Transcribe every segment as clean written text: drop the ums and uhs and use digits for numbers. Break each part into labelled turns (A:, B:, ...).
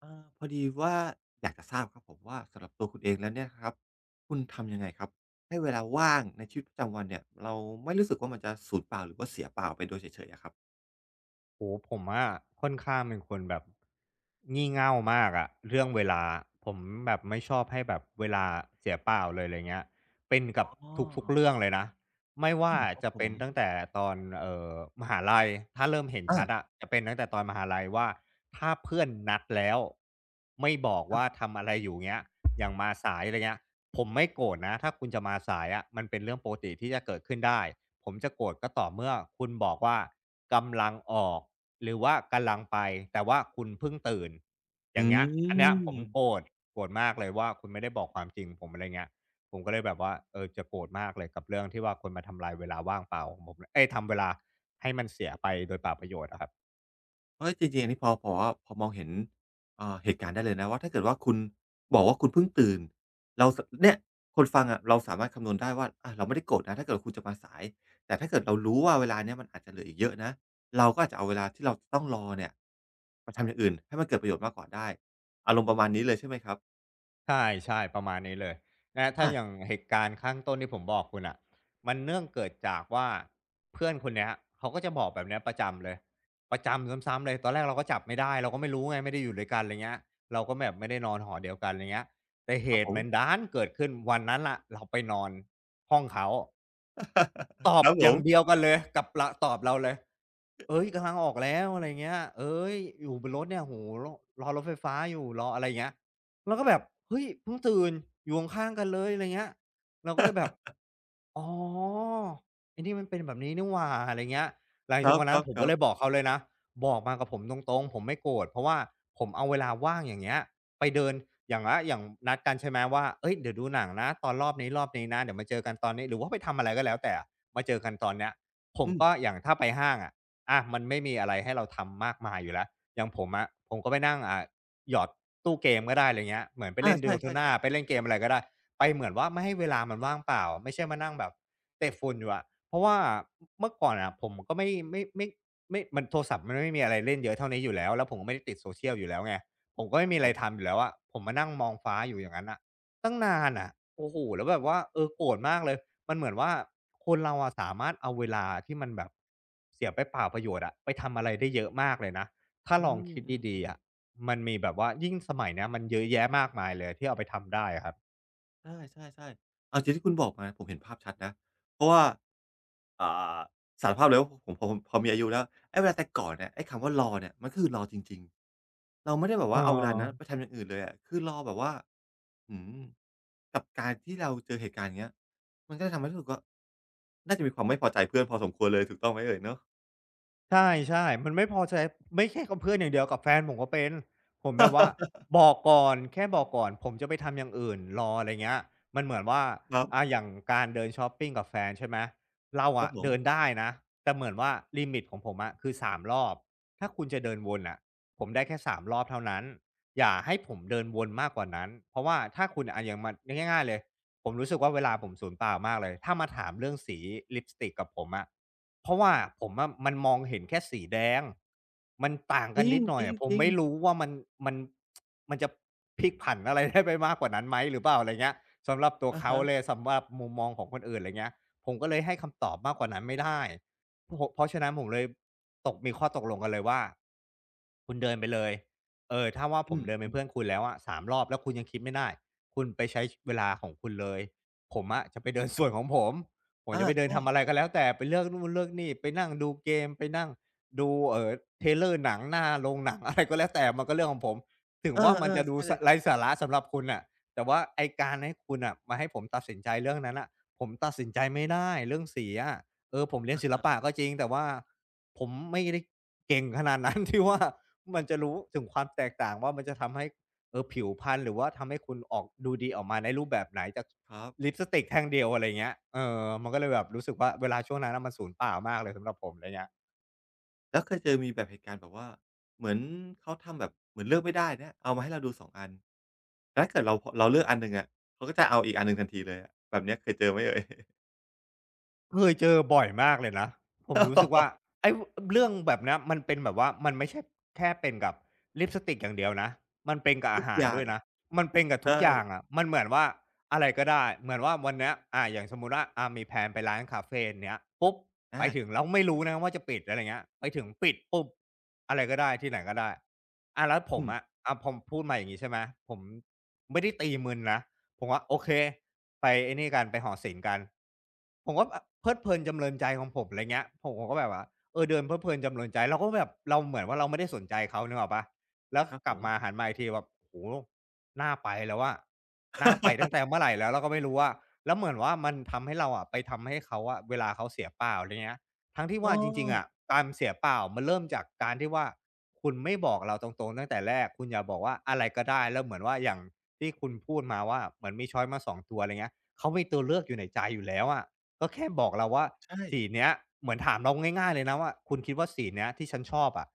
A: เออพอดีว่าอยากจะทราบครับผมว่าสำหรับตัวคุณเองแล้วเนี่ยครับคุณทำยังไงครับให้เวลาว่างในชีวิตประจำวันเนี่ยเราไม่รู้สึกว่ามันจะสูญเปล่าหรือว่าเสียเปล่าไปโดยเฉยๆอะครับ
B: โอ้โฮผมอะค่อนข้างเป็นคนแบบงี่เง่ามากอะเรื่องเวลาผมแบบไม่ชอบให้แบบเวลาเสียเปล่าเลยไรเงี้ยเป็น
A: อ
B: กับ
A: ๋อ
B: ทุกๆเรื่องเลยนะไม่
A: อื
B: ว่า
A: มครับ
B: จะ
A: ผม
B: เป็นตั้งแต่ตอนมหาลัยถ้าเริ่มเห็นชัด
A: อา
B: อะจะเป็นตั้งแต่ตอนมหาลัยว่าถ้าเพื่อนนัดแล้วไม่บอก
A: ครั
B: ว่า
A: บ
B: ทำอะไรอยู่เงี้ย อย่างมาสายอะไรเงี้ยผมไม่โกรธนะถ้าคุณจะมาสายอะมันเป็นเรื่องปกติที่จะเกิดขึ้นได้ผมจะโกรธก็ต่อเมื่อคุณบอกว่ากำลังออกหรือว่ากำลังไปแต่ว่าคุณเพิ่งตื่นอย่างเงี้ย
A: อื
B: อันเนี้ยผม
A: ม
B: โกรธโกรธมากเลยว่าคุณไม่ได้บอกความจริงผมอะไรเงี้ยผมก็เลยแบบว่าเออจะโกรธมากเลยกับเรื่องที่ว่าคนมาทำลายเวลาว่างเปล่าของผมเอ๊ยทำเวลาให้มันเสียไปโดยเปล่าประโยชน์อะครับ
A: เฮ้ยจริงๆอันนี้พอมองเห็นเหตุการณ์ได้เลยนะว่าถ้าเกิดว่าคุณบอกว่าคุณเพิ่งตื่นเราสเนี่ยคนฟังอะเราสามารถคำนวณได้ว่าอาเราไม่ได้โกรธนะถ้าเกิดคุณจะมาสายแต่ถ้าเกิดเรารู้ว่าเวลาเนี้ยมันอาจจะเหลืออีกเยอะนะเราก็อาจจะเอาเวลาที่เราจะต้องรอเนี่ยมาทำอย่างอื่นให้มันเกิดประโยชน์มากกว่าได้อารมณ์ประมาณนี้เลยใช่ไหมครับ
B: ใช่ใช่ประมาณนี้เลยนะถ้าอ
A: อา
B: ย่างเหตุการณ์ข้างต้นที่ผมบอกคุณอ่ะมันเนื่องเกิดจากว่าเพื่อนคนเนี้ยเขาก็จะบอกแบบเนี้ยประจำเลยประจำซ้ำๆเลยตอนแรกเราก็จับไม่ได้เราก็ไม่รู้ไงไม่ได้อยู่ด้วยกันไรเงี้ยเราก็แบบไม่ได้นอนหอเดียวกันไรเงี้ยแต่เห
A: ครับผ
B: ตุ
A: ม
B: มันดันเกิดขึ้นวันนั้นล่ะเราไปนอนห้องเขา ต อ
A: ค
B: บ
A: รับ
B: อ
A: ผ
B: ย่างเดีย
A: ม
B: วกันเลยกับรตอบเราเลยเฮ้ยกำลังออกแล้วอะไรเงี้ยเฮ้ยอยู่บนรถเนี่ยโอ้โฮรรอรถไฟฟ้าอยู่รออะไรอย่างเงี้ยเราก็แบบเฮ้ยเพิ่งตื่นอยู่ข้างๆกันเลยอะไรเงี้ยเราก็เลยแบบ อ๋อไอ้นี่มันเป็นแบบนี้นี่หว่าอะไรเงี้ยหลัง
A: คร
B: จากวันนั้น
A: ั
B: ผมก็เล
A: บ
B: ย
A: ๆ
B: บ
A: ๆ
B: อกเขาเลยนะบอกมากับผมตรงๆผมไม่โกรธเพราะว่าผมเอาเวลาว่างอย่างเงี้ยไปเดินอย่างวะอย่างนัดกันใช่ไหมว่าเฮ้ยเดี๋ยวดูหนังนะตอนรอบนี้รอบนี้นะเดี๋ยวมาเจอกันตอนนี้หรือว่าไปทำอะไรก็แล้วแต่มาเจอกันตอนเนี้ยผม
A: อืม
B: ก็อย่างถ้าไปห้างอะอามันไม่มีอะไรให้เราทำมากมายอยู่แล้วอย่างผมอะผมก็ไปนั่งหยอดตู้เกมก็ได้อะไรเงี้ยเหมือนไป
A: อา
B: เล่น
A: ใช
B: Dotona
A: ่ๆ
B: ไปเล่
A: ๆ
B: นเกมอะไรก็ได้ ไปเหมือนว่าไม่ให้เวลามันว่างเปล่าไม่ใช่มานั่งแบบเตะฝุ่นอยู่อะเพราะว่าเมื่อก่อนอะผมก็ไม่มันโทรศัพท์มันไม่มีอะไรเล่นเยอะเท่านี้อยู่แล้วแล้วผมก็ไม่ได้ติดโซเชียลอยู่แล้วไงผมก็
A: ค
B: ไม่
A: รับ
B: มีอะ
A: ผ
B: ไร
A: ม
B: ทำอยู่แล้วอะผมมานั่งมองฟ้าอยู่อย่างนั้นอะตั้งนานอะโอ้โหแล้วแบบว่าเออโกรธมากเลยมันเหมือนว่าคนเราอะสามารถเอาเวลาที่มันแบบเสียไปเปล่าประโยชน์อะไปทำอะไรได้เยอะมากเลยนะถ้า
A: อื
B: ลอง
A: ม
B: คิดดี
A: ๆ
B: ๆอะมันมีแบบว่ายิ่งสมัยเนี้ยมันเยอะแยะมากมายเลยที่เอาไปทำได้อะครับ
A: ใช่ๆๆเอาจริงที่คุณบอกมาผมเห็นภาพชัดนะเพราะว่า อ่าสารภาพเลยว่าผมพอมีอายุแล้วไอ้เวลาแต่ก่อนเนี่ยไอ้คำว่ารอเนี่ยมันก็คือรอจริงๆเราไม่ได้แบบ
B: เออ
A: ว่าเอาเวลานั้นไปทำอย่างอื่นเลยอะคือรอแบบว่าอื้อฮือกับการที่เราเจอเหตุการณ์อย่างเงี้ยมันก็เลยทำให้รู้สึกว่าน่าจะมีความไม่พอใจเพื่อนพอสมควรเลยถูกต้องไหมเอ่ยเนาะ
B: ใช่ๆมันไม่พอใจไม่ใช่กับเพื่อนอย่างเดียวกับแฟนผมก็เป็นผมแบบว่าบอกก่อนแค่บอกก่อนผมจะไปทำอย่างอื่นรออะไรเงี้ยมันเหมือนว่า
A: ครั
B: อา
A: บ
B: อย่างการเดินชอปปิงกับแฟนใช่ไหมเรา
A: ครั
B: อะ
A: บผม
B: เดินได้นะแต่เหมือนว่าลิมิตของผมอะคือ3รอบถ้าคุณจะเดินวนน่ะผมได้แค่3รอบเท่านั้นอย่าให้ผมเดินวนมากกว่านั้นเพราะว่าถ้าคุณอะอย่างมันง่ายๆเลย ผมรู้สึกว่าเวลาผมสูญเปล่ามากเลยถ้ามาถามเรื่องสีลิปสติกกับผมอะเพราะว่าผมอะมันมองเห็นแค่สีแดง มันต่าง
A: จ
B: กัน
A: ริ
B: นิ
A: ง
B: ดหน่
A: จ
B: อย
A: ริง
B: อะผ
A: จ
B: ม
A: ริง
B: ไม่รู้ว่ามันมันมันจะพลิกผันอะไรได้ไปมากกว่านั้นไหมหรือเปล่าอะไรเงี้ยสำหรับตัว
A: อะ
B: เขา
A: ฮะ
B: เลยสำหรับมุมมองของคนอื่นอะไรเงี้ยผมก็เลยให้คำตอบมากกว่านั้นไม่ได้โพะเพราะฉะนั้นผมเลยตกมีข้อตกลงกันเลยว่าคุณเดินไปเลยเออถ้าว่าผ
A: อื
B: ม
A: ม
B: เดินเป็
A: อื
B: น
A: ม
B: เพื่อนคุณแล้วอะสามรอบแล้วคุณยังคิดไม่ได้ คุณไปใช้เวลาของคุณเลย ผมอะจะไปเดินส่วนของผม ผม
A: อา
B: จะไปเดิน
A: ใช่
B: ทำอะไรก็แล้วแต่ไปเลือกนู่นเลือกนี่ไปนั่งดูเกมไปนั่งดูเทรลเลอร์หนังหน้าโรงหนังอะไรก็แล้วแต่มันก็เรื่องของผมถึง
A: เออ
B: ว่ามันจะ
A: ๆ
B: ดู
A: ใช่
B: ส
A: เลยครั
B: ไร้
A: บ
B: สาระสำหรับคุณน่ะแต่ว่าไอ้การให้คุณน่ะมาให้ผมตัดสินใจเรื่องนั้นน่ะผมตัดสินใจไม่ได้เรื่องสีอะผมเรียนศิลปะก็จริงแต่ว่าผมไม่ได้เก่งขนาดนั้น ที่ว่ามันจะรู้ถึงความแตกต่างว่ามันจะทำให้ ผิวพรรณหรือว่าทำให้คุณออกดูดีออกมาในรูปแบบไหนจาก
A: ครับ
B: ลิปสติกแท่งเดียวอะไรเงี้ยมันก็เลยแบบรู้สึกว่าเวลาช่วงนั้นน่ะมันสูญเปล่ามากเลยสำหรับผมไรเงี้ย
A: แล้วเคยเจอมีแบบเหตุการณ์แบบว่าเหมือนเขาทำแบบเหมือนเลือกไม่ได้เนี่ยเอามาให้เราดู2องอัน ถ้าเกิดเราเลือกอันหนึ่งอะเขาก็จะเอาอีกอันหนึ่งทันทีเลยอะแบบเนี้ยเคยเจอไหมเอ่ย
B: เคยเจอบ่อยมากเลยนะผมรู้สึกว่า ไอ้วเรื่องแบบเนี้ยมันเป็นแบบว่ามันไม่ใช่แค่เป็นกับลิปสติกอย่างเดียวนะมันเป็นกับ
A: ทุ
B: อา
A: ก
B: หา
A: อ
B: ร
A: ย่า
B: ด้ว
A: ง
B: ยนะมันเป็นกับทุกอย่าง
A: ใช่
B: อะมันเหมือนว่าอะไรก็ได้เหมือนว่าวันเนี้ยอย่างสมมุติว่ามีแพลนไปร้านคาเฟ่เนี้ยปุ๊บไป
A: อา
B: ถึ
A: ค
B: ง
A: รั
B: แล้
A: บ
B: วไม่รู้นะว่าจะปิดอะไรเงี้ยไปถึงปิดปุ๊บอะไรก็ได้ที่ไหนก็ได้แล้วผ
A: อื
B: ม
A: ม
B: อะผมพูดมาอย่างงี้ใช่ไหมผมไม่ได้ตีมึนนะ ผมว่าโอเคไปไอ้นี่กันไปหอศิลป์กันผมก็แบบเพลิดเพลินจำเริญใจของผมอะไรเงี้ยผมก็แบบว่าเดินเพลิดเพลินจำเริญใจเราก็แบบเราเหมือนว่าเราไม่ได้สนใจเขานึกออกเปล่าแล้ว
A: ครับ
B: ก
A: ผ
B: ลับ
A: ม
B: มาหันมาอีกทีแบบโอ้โฮน่าไปแล้วอะน่าไปตั้งแต่เมื่อไรแล้วเราก็ไม่รู้อะแล้วเหมือนว่ามันทำให้เราอะไปทำให้เขาอะเวลาเขาเสียเปล่าอะไรเงี้ย ทั้งที่
A: อ้อ
B: ว่าจริงๆอะการเสียเปล่ามันเริ่มจากการที่ว่าคุณไม่บอกเราตรงๆตั้งแต่แรกคุณอย่าบอกว่าอะไรก็ได้แล้วเหมือนว่าอย่างที่คุณพูดมาว่าเหมือนมีชอยซ์มาสองตัวอะไรเงี้ยเขามีตัวเลือกอยู่ในใจอยู่แล้วอะก็แค่บอกเราว่า
A: ใช่
B: สีเนี้ยเหมือนถามเราง่ายๆเลยนะว่าคุณคิดว่าสีเนี้ยที่ฉันชอบอะ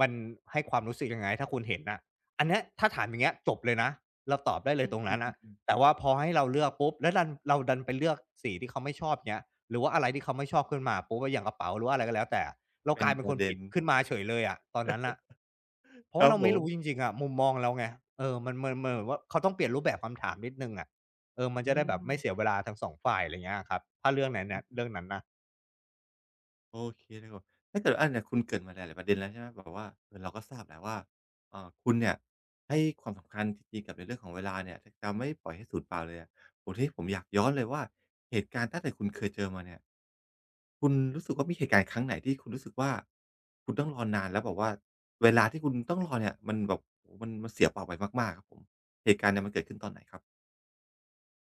B: มันให้ความรู้สึกยังไงถ้าคุณเห็นน่ะอันเนี้ยถ้าถามอย่างเงี้ยจบเลยนะเราตอบได้เลยตรง
A: อื
B: นั้นน่ะ
A: มๆๆ
B: แต่ว่าพอให้เราเลือกปุ๊บแล้วดันเราดันไปเลือกสีที่เขาไม่ชอบเงี้ยหรือว่าอะไรที่เขาไม่ชอบขึ้นมาปุ๊บอะอย่างกระเป๋าหรือว่าอะไรก็แล้วแต่เรา
A: เป็
B: ก
A: น
B: ลายเป็
A: ป
B: นค
A: ระ
B: น
A: เด็
B: ผิด
A: น
B: ขึ้นมาเฉยเลยอะตอนนั้นน่ะเพราะ
A: ค
B: ว่า
A: รับ
B: เรา
A: ผ
B: ไม่รู้จ
A: ม
B: ริงๆอะมุมมองเราไงมันเหมือนว่าเขาต้องเปลี่ยนรูปแบบคำถามนิดหนึ่งอะมัน
A: อื
B: จะได้แบบ
A: ม
B: ไม่เสียเวลาทั้งสองฝ่ายอะไรเงี้ยอะครับถ้าเรื่องนั้น
A: อื
B: น่ะ
A: อฮึ
B: เรื่องนั้นน่ะ
A: โอเคเลยครับถ้าเกิดอาเนี่ยคุณเกริ่นมาหลายๆประเด็นแล้วใช่ไหมแบบว่าเออเราก็ทราบแหละว่าคุณเนี่ยให้ความสำคัญจริงๆกับในเรื่องของเวลาเนี่ยจะจะไม่ปล่อยให้สูญเปล่าเลยอะโอ้โฮทีนี้ผมอยากย้อนเลยว่าเหตุการณ์ตั้งแต่คุณเคยเจอมาเนี่ย คุณรู้สึกว่ามีเหตุการณ์ครั้งไหนที่คุณรู้สึกว่าคุณต้องรอนานแล้วแบบว่าเวลาที่คุณต้องรอเนี่ยมันแบบโอ้โฮมันมันเสียเปล่าไปมากๆครับผมเหตุการณ์เนี่ยมันเกิดขึ้นตอนไหนครับ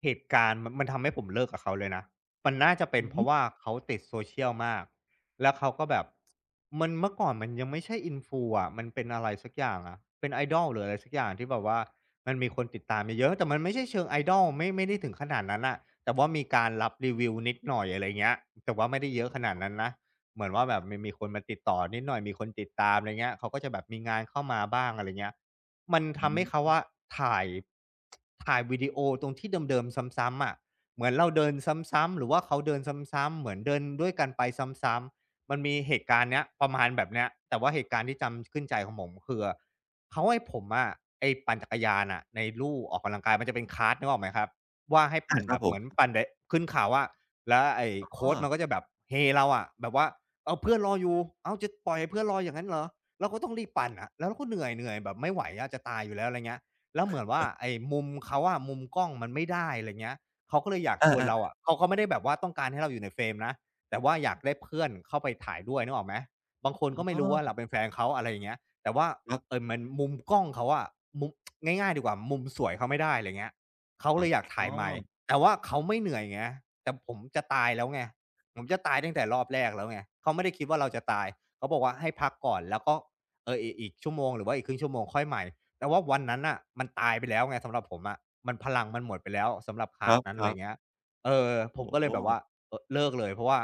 B: เหตุการณ์มันทำให้ผมเลิกกับเขาเลยนะมันน่าจะเป็
A: อื
B: นเพราะ
A: ม
B: ว่าเขาติด social มาก แล้วเขาก็แบบมันเมื่อก่อนมันยังไม่ใช่ influ อะมันเป็นอะไรสักอย่างอะเป็น idol หรืออะไรสักอย่างที่แบบว่ามันมีคนติดตามเยอะๆแต่มันไม่ใช่เชิง idol ไม่ได้ถึงขนาดนั้นน่ะแต่ว่ามีการรับรีวิวนิดหน่อยอะไรเงี้ยแต่ว่าไม่ได้เยอะขนาดนั้นนะ เหมือนว่าแบบมันมีคนมาติดต่อนิดหน่อยมีคนติดตามอะไรเงี้ยเขาก็จะแบบมีงานเข้ามาบ้างอะไรเงี้ย มัน
A: อื
B: ทำให้เขาอะ
A: ม
B: ถ่ายถ่ายวิดีโอตรงที่เดิมๆซ้ำๆอะเหมือนเราเดินซ้ำๆหรือว่าเขาเดินซ้ำๆเหมือนเดินด้วยกันไปซ้ำๆมันมีเหตุการณ์เนี้ยประมาณแบบเนี้ยแต่ว่าเหตุการณ์ที่จำขึ้นใจของผมคือเขาให้ผมอะไอ้ปั่นจักรยานน่ะในลู่ออกกำลังกายมันจะเป็นคาร์ตนึกออกไหมครับว่าให้ปั่
A: อา
B: น
A: ค
B: แบ
A: รับ
B: บ
A: ผ
B: เหมื
A: ม
B: อนปั่นดขึ้นเขาอะแล้วไอ้
A: อ๋
B: โค
A: อ
B: ชมันก็จะแบบเฮเราอะแบบว่าอ้าวเพื่อนรออยู่อ้าวจะปล่อยให้เพื่อนรออย่างงั้นเหรอ เราก็ต้องรีบปั่นอะแล้วเราก็เหนื่อยแบบไม่ไหวอะจะตายอยู่แล้วอะไรเงี้ยแล้วเหมือนว่าไอ้มุมเขาอะมุมกล้องมันไม่ได้อะไรเงี้ยเขาก็เลยอยากชวนเรา
A: อา
B: อะเขาก็ไม่ได้แบบว่าต้องการให้เราอยู่ในเฟรมนะแต่ว่าอยากได้เพื่อนเข้าไปถ่ายด้วยนึกออกไหมบางค
A: ๆ
B: น
A: อ๋
B: ก็ไม่
A: อ
B: รู้ว่าเราเป็นแฟนเขาอะไรอย่างเงี้ยแต่ว่า
A: ครั
B: เอ
A: บ
B: อมันมุมกล้องเขาอะมุมง่ายๆดีกว่ามุมสวยเขาไม่ได้อะไรเงี้ยเขาเลยอยาก
A: อ๋
B: ถ่า
A: อ
B: ยใหม่แต่ว่าเขาไม่เหนื่อยไงแต่ผมจะตายแล้วไงผมจะตายตั้งแต่รอบแรกแล้วไงเขาไม่ได้คิดว่าเราจะตายเขาบอกว่าให้พักก่อนแล้วก็ เอออีกชั่วโมงหรือว่าอีกครึ่งชั่วโมงค่อยใหม่แต่ว่าวันนั้นน่ะมันตายไปแล้วไงสำหรับผมอะมันพลังมันหมดไปแล้วสำหรับค
A: ค
B: ลา
A: ร
B: สนั้นอะไร
A: ับ
B: เงี้ย
A: ๆ
B: เออผม
A: โอ้
B: ก็เล
A: โฮ
B: ยแบบว่าเออเลิกเลยเพราะว่า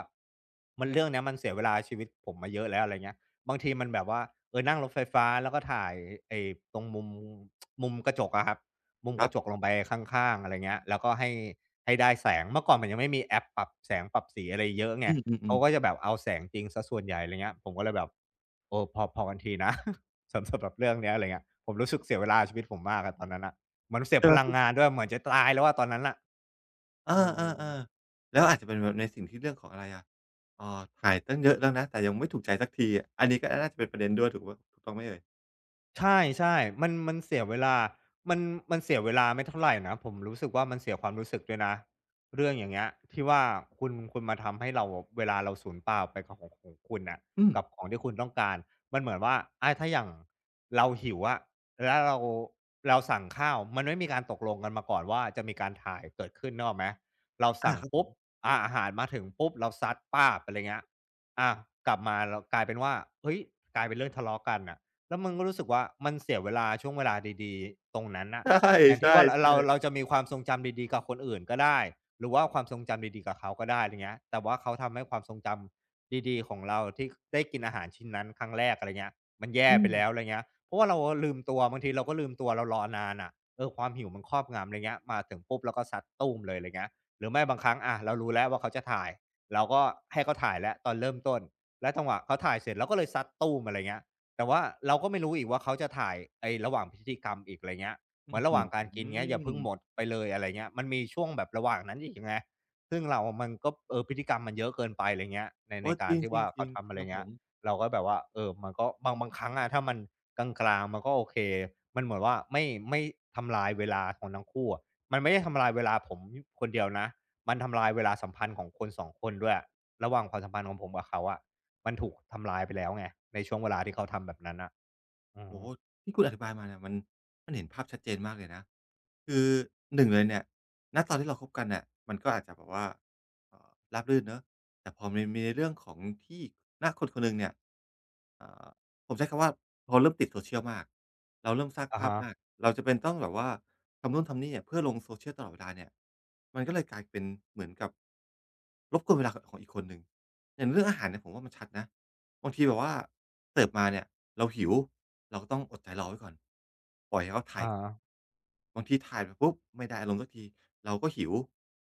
B: มันเรื่องเนี้ยมันเสียเวลาชีวิตผมมาเยอะแล้วอะไรเงี้ยบางทีมันแบบว่าเออนั่งรถไฟฟ้าแล้วก็ถ่ายไอ้ตรงมุมกระจกอะครับมุม
A: ค
B: ก
A: รั
B: ระจก
A: บ
B: ลงไปข้างๆอะไรเงี้ยแล้วก็ให้ได้แสงเมื่อก่อนมันยังไม่มีแอปปรับแสงปรับสีอะไรเยอะไง
A: อื
B: เขา
A: มๆ
B: ก็จะ
A: ๆ
B: แบบเอาแสงจริงเสียส่วนใหญ่อะไรเงี้ยผมก็เลยแบบเออพอกันทีนะ สำหรับเรื่องเนี้ยอะไรเงี้ยผมรู้สึกเสียเวลาชีวิตผมมากอะตอนนั้นน่ะเหมือนเสีย
A: แต่
B: พ
A: ว่า
B: ลังงานด้วยเหมือนจะตายแล้วอะตอนนั้นน่ะ
A: เอา
B: อืม
A: ๆๆแล้วอาจจะเป็นแบบในสิ่งที่เรื่องของอะไรอะถ่ายตั้งเยอะแล้วนะแต่ยังไม่ถูกใจสักทีอะอันนี้ก็น่าจะเป็นประเด็นด้วยถูกว่าถูกต้องไหมเอ่ย
B: ใช่ๆมันเสียเวลามันมันเสียเวลาไม่เท่าไรนะผมรู้สึกว่ามันเสียความรู้สึกด้วยนะเรื่องอย่างเงี้ยที่ว่าคุณมาทำให้เราเวลาเราสูญเปล่าไปกับของคุณน่ะ
A: อืม
B: กับของที่คุณต้องการมันเหมือนว่าอาถ้าอย่างเราหิวอะแล้วเราสั่งข้าวมันไม่มีการตกลงกันมาก่อนว่าจะมีการถ่ายเกิดขึ้นนึกออกไหมเรา
A: อา
B: สั่ง
A: ครับผ
B: ปุ๊บ
A: ม
B: อาหารมาถึงปุ๊บเราซัดป๊าบอะไรเงี้ยอากลับมาเรากลายเป็นว่าเฮ้ยกลายเป็นเรื่องทะเลาะกันน่ะ แล้วมันก็รู้สึกว่ามันเสียเวลาช่วงเวลาดีๆตรงนั้นน่ะแทน
A: ใช่
B: ที่ว่ารเรา
A: ๆๆ
B: เราจะมีความทรงจำดีๆกับคนอื่นก็ได้หรือว่าความทรงจำดีๆกับเขาก็ได้อะไรเงี้ยแต่ว่าเขาทำให้ความทรงจำดีๆของเราที่ได้กินอาหารชิ้นนั้นครั้งแรกอะไรเงี้ยมันแย่
A: อื
B: ไป
A: ม
B: แล้วอะไรเงี้ยเพราะว่าเราลืมตัวบางทีเราก็ลืมตัวเรารอนานน่ะเออความหิวมันครอบงำอะไรเงี้ยมาถึงปุ๊บเราก็ซัดตู้มเลยอะไรเงี้ยหรือไม่บางครั้งอะเรารู้แล้วว่าเขาจะถ่ายเราก็ให้เขาถ่ายแล้วตอนเริ่มต้นแล้วจังหวะเขาถ่ายเสร็จเราก็เลยซัดตู้มอะไรเงี้ย แต่ว่าเราก็ไม่รู้อีกว่าเขาจะถ่ายไอ้ระหว่างพิธีกรรมอีกอะไรเงี้ยเหมื
A: อื้
B: อน
A: อฮ
B: ระหว่างการกิน
A: ื
B: เงี้ยอย่าเพิ่งหมด
A: อ
B: ไปเลยอะไรเงี้ยมันมีช่วงแบบระหว่างนั้นอีกไงซึ่งเรามันก็เออพฤติกรรมมันเยอะเกินไปอะไรเงี้ยใน
A: โอ้
B: กา
A: จ
B: ร
A: ร
B: ที่ว่าเขา
A: ิงๆ
B: ทำ
A: ๆ
B: อะ
A: ค
B: ไร
A: รับผ
B: เงี้ย
A: ม
B: เราก็แบบว่าเออมันก็บางครั้งอะถ้ามันกลางๆมันก็โอเคมันเหมือนว่าไม่ทำลายเวลาของทั้งคู่อะมันไม่ได้ทำลายเวลาผมคนเดียวนะมันทำลายเวลาสัมพันธ์ของคนสองคนด้วยระหว่างความสัมพันธ์ของผมกับเขาอะ มันถูกทำลายไปแล้วไงในช่วงเวลาที่เขาทำแบบนั้นน่ะอื
A: โอ้
B: ม
A: โฮที่คุณอธิบายมาเนี่ยมันเห็นภาพชัดเจนมากเลยนะ คือหนึ่งเลยเนี่ยณตอนที่เราคบกันเนี่ยมันก็อาจจะแบบว่าเอ่อราบรื่นเนาะแต่พอมันมีในเรื่องของที่ณคนคนหนึ่งเนี่ยอ่าผมใช้คำว่าเราเริ่มติด social มากเราเริ่มสร้าง
B: อะ
A: ภาพ
B: ฮะ
A: มากเราจำเป็นต้องแบบว่าทำนู่นทำนี่อะเพื่อลง social ตลอดเวลาเนี่ยมันก็เลยกลายเป็นเหมือนกับรบกวนเวลาขของอีกคนหนึ่งอย่างเรื่องอาหารเนี่ยผมว่ามันชัดนะ บางทีแบบว่าเสิร์ฟมาเนี่ยเราหิวเราก็ต้องอดใจรอไว้ก่อนปล่อยให้เขาถ่า
B: อะ
A: ย
B: ฮะ
A: บางทีถ่ายไปปุ๊บไม่ได้อารมณ์สักทีเราก็หิว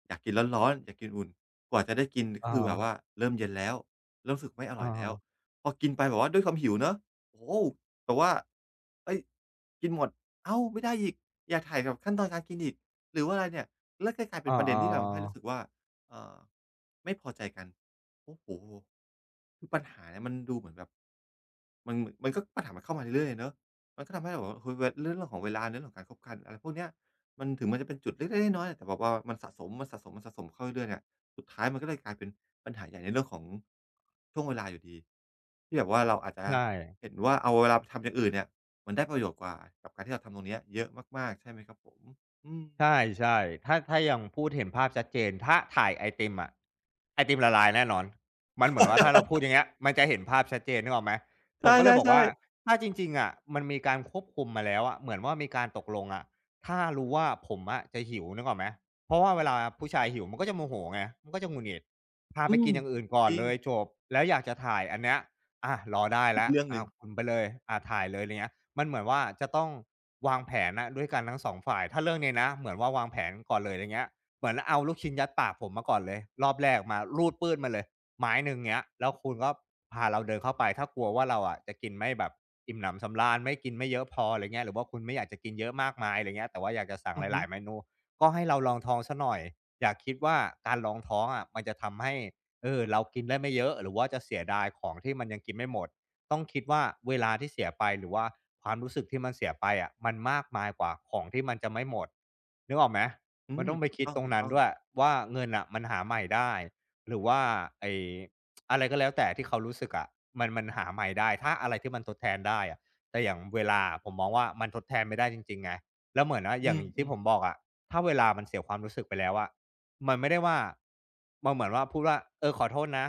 A: อยากกินร้อนๆอยากกินอุ่นกว่าจะได้กินก็
B: อะ
A: คือ
B: ฮะ
A: แบบว่าเริ่มเย็นแล้วเริ่มรู้สึกไม่อร่
B: อะ
A: อยแล้
B: ฮะ
A: วพอกินไปแบบว่าด้วยความหิวเนาะโอ้โฮแบบว่าเฮ้ยกินหมดอ้าวไม่ได้อีกอยากถ่ายแบบขั้นตอนการกินอีกหรือว่าอะไรเนี่ยแล้วก็กลายเป็น
B: อา
A: ประเด็นที่ทำให้รู้สึก
B: ๆ
A: ว่าเอ่อไม่พอใจกันโอ้โฮคือปัญหาเนี่ยมันดูเหมือนแบบมันมันก็ปัญหามันเข้ามาเรื่อยๆเนาะ มันก็ทำให้เราแบบว่าคือเรื่องของเวลาเรื่องของการคบกันอะไรพวกเนี้ยมันถึงมันจะเป็นจุดเล็กๆน้อยๆแต่แบบว่ามันสะสมมันสะสมมันสะสมเข้าเรื่อยๆเนี่ยสุดท้ายมันก็เลยกลายเป็นปัญหาใหญ่ในเรื่องของช่วงเวลาอยู่ดีที่แบบว่าเราอาจจะ
B: ใช่
A: เห็นว่าเอาเวลาไปทำอย่างอื่นเนี่ยมันได้ประโยชน์กว่ากับการที่เราทำตรงเนี้ยเยอะมากๆใช่ไหมครับผมอืม
B: ใช่ๆถ้ายังพูดเห็นภาพชัดเจนถ้าถ่ายไอติมอะไอติมละลายแน่นอนมันเหมือนว่าถ้าเราพูดอย่างเงี้ยมันจะเห็นภาพชัดเจนนึกออกไหม
A: ใ
B: ผมก็เลยบอก
A: ช่
B: ว่า
A: ๆๆ
B: ถ้าจริงๆอะมันมีการควบคุมมาแล้วอะเหมือนว่ามีการตกลงอะถ้ารู้ว่าผมอะจะหิวนึกออกไหมเพราะว่าเวลาผู้ชายหิวมันก็จะโมโหไงมันก็จะหงุดหงิดพา
A: อื
B: ไป
A: ม
B: กินอย่างอื่นก่อ
A: จ
B: น
A: ริ
B: เล
A: ง
B: ยจบแล้วอยากจะถ่ายอันเนี้ย อะรอได้
A: อีก
B: แล้ว
A: เรื่องห
B: อา
A: นึ่ง
B: วคุณไปเลยอาถ่ายเลยไรเงี้ยมันเหมือนว่าจะต้องวางแผนน่ะด้วยกันทั้งสองฝ่ายถ้าเรื่องนี้นะเหมือนว่าวางแผนก่อนเลยไรเงี้ยเหมือนเอาลูกชิ้นยัดปากผมมาก่อนเลยรอบแรกมารูดปื้ดมาเลยไม้หนึ่งเงี้ยแล้วคุณก็พาเราเดินเข้าไปถ้ากลัวว่าเราอะจะกินไม่แบบอิ่มหนำสำราญไม่กินไม่เยอะพอไรเงี้ยหรือว่าคุณไม่อยากจะกินเยอะมากมายไรเงี้ยแต่ว่าอยากจะสั่ง
A: อื
B: ห
A: อฮึ
B: ลายๆเมนูก็ให้เราลองท้องเสียหน่อยอย่าคิดว่าการลองท้องอะมันจะทำให้ เออเรากินได้ไม่เยอะหรือว่าจะเสียดายของที่มันยังกินไม่หมดต้องคิดว่าเวลาที่เสียไปหรือว่าความรู้สึกที่มันเสียไปอะมันมากมายกว่าของที่มันจะไม่หมดนึกออกไหม
A: อื
B: มัน
A: ม
B: ต้องไป
A: ถูก
B: คิด
A: ต
B: ตรงนั้น
A: ้อง
B: ด้วย
A: ๆ
B: ว่าเงินน่ะมันหาใหม่ได้หรือว่าไอ้อะไรก็แล้วแต่ที่เขารู้สึกอะมันหาใหม่ได้ถ้าอะไรที่มันทดแทนได้อะแต่อย่างเวลาอะผมมองว่ามันทดแทนไม่ได้จริงๆไงแล้วเหมือนว่าอ
A: อื
B: ย่างที่ผม
A: ม
B: บอกอะถ้าเวลามันเสียความรู้สึกไปแล้วอะ มันไม่ได้ว่ามันเหมือนว่าพูดว่าเออขอโทษนะ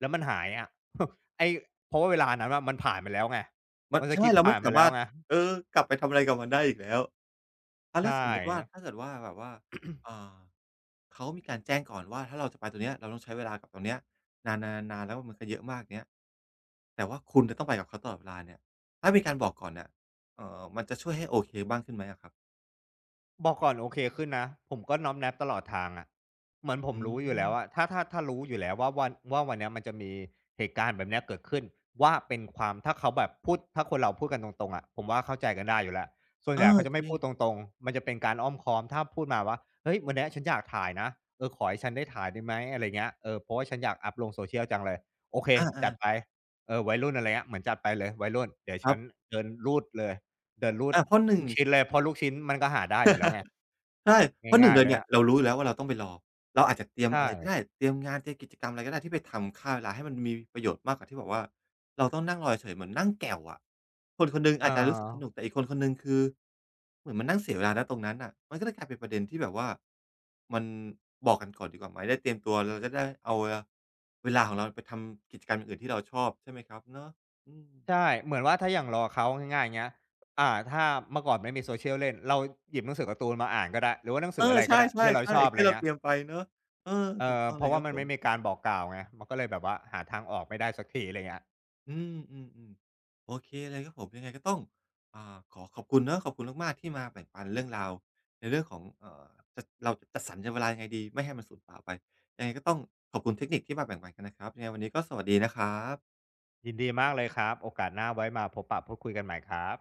B: แล้วมันหายอะ ไอ้เพราะว่าเวลานั้นน่ะมันผ่านไปแล้วไง
A: ๆมัน
B: มันส
A: ใช่
B: คิป
A: เรา
B: ผ่า
A: ไม่
B: นไป
A: สา
B: แล้ว
A: มารถ
B: ไง
A: เออกลับไปทำอะไรกับมันได้อีกแล้ว อะแล้
B: ใช่
A: วสมมุติว่าถ้าเกิดว่าแบบว่าอ่าเขามีการแจ้งก่อนว่าถ้าเราจะไปตรงเนี้ยเราต้องใช้เวลากับตรงเนี้ยนานๆๆๆแล้วมันก็เยอะมากเงี้ยแต่ว่าคุณจะต้องไปกับเขาตลอดเวลาเนี่ยถ้ามีการบอกก่อนเนี่ยมันจะช่วยให้โอเคบ้างขึ้นไหมอะครับ
B: บอกก่อนโอเคขึ้นนะผมก็น้อมแนบตลอดทางอะเหมือนผม
A: อื
B: รู้อยู่แล้วอะ
A: ม
B: ถ้ารู้อยู่แล้วว่าวันเนี้ยมันจะมีเหตุการณ์แบบเนี้ยเกิดขึ้นว่าเป็นความถ้าเขาแบบพูดถ้าคนเราพูดกันตรงๆอะผมว่าเข้าใจกันได้อยู่แล้วส่วน
A: เอ
B: ให
A: อ
B: ญ่เขาจะ
A: จ
B: ไม่
A: ริ
B: พู
A: ง
B: ดตรงๆมันจะเป็นการอ้อมค้อมถ้าพูดมาว่าเฮ้ยวันเนี้ยฉันอยากถ่ายนะเออขอให้ฉันได้ถ่ายได้ไหมอะไรเงี้ยเออเพราะว่าฉันอยากอัปลง social จังเลยโอเค
A: อา
B: จัดไป
A: ๆ
B: เออวัยรุ่นอะไรเงี้ยเหมือนจัดไปเลยวัยรุ่นเดี๋ยว
A: ค
B: ฉั
A: รั
B: น
A: บ
B: เดินรูดเลย เดินรูด
A: อาเพราะหนึ่
B: ลู
A: ง
B: กชิ้นเลยเพราะลูกชิ้นมันก็หาได้อยู่แล้วไง
A: ใช่เพราะหนึ่ง
B: ง่าย
A: เล
B: ๆ
A: ย
B: เลย
A: เนี่ย
B: อะ
A: เรารู้อยู่แล้วว่าเราต้องไปรอ เราอาจจะเตรียม
B: ใช่
A: อะไรก็ได้เตรียมงานเตรียมกิจกรรมอะไรก็ได้ที่ไปทำฆ่าเวลาให้มันมีประโยชน์มากกว่าที่แบบว่าเราต้องนั่งรอเฉยๆเหมือนนั่งแก่วอะคนคนหนึ่ง
B: เออ
A: อาจจะรู้สึกสนุกแต่อีกคนคนหนึ่งคือเหมือนมานั่งเสียเวลาณตรงนั้นน่ะมันก็เลยกลายเป็นประเด็นที่แบบว่ามันบอกกันก่อนดีกว่าไหมได้เตรียมตัวเราจะได้เอาเวลาเวลาของเราไปทำกิจกรรมอย่างอื่นที่เราชอบใช่ไหมครับเนาะอืม
B: ใช่เหมือนว่าถ้าอย่าง l อ l เขาง่ายๆเงี้ยอ่าถ้าเมื่อก่อนไม่มี Social เล่นเราหยิบหนังสือการ์ตูนมาอ่านก็ได้หรือว่าหนัง
A: เอ
B: สื
A: อ
B: ออะไร
A: ใช
B: ก็ได้ที่เรา
A: ่
B: ชอ
A: ๆ
B: บ
A: ๆ
B: อะ
A: แค่
B: ไร
A: เรา
B: เงี้
A: เต
B: ย
A: รียมไปเนาะเออถูกต้อง
B: เพ
A: เล
B: ราะ
A: ยค
B: ว่า
A: รับ
B: มัน
A: ผ
B: ไม่
A: ม
B: มีการบอกกล่าวไงมันก็เลยแบบว่าหาทางออกไม่ได้สักทีอะไรเงี้ย
A: อืมอืมอืมโอเคเลยครับผมยังไงก็ต้องอ่าขอขอบคุณเนาะขอบคุณมากๆที่มาแบ่งปันเรื่องราวในเรื่องของจะเราจะจัดสรรเวลายังไงดีไม่ให้มันสูญเปล่าไปยังไงก็ต้องขอบคุณเทคนิคที่มาแบ่งปันกันนะครับยังไงวันนี้ก็สวัสดีนะครับ
B: ยินดีมากเลยครับโอกาสหน้าไว้มาพบปะพูดคุยกันใหม่ครับ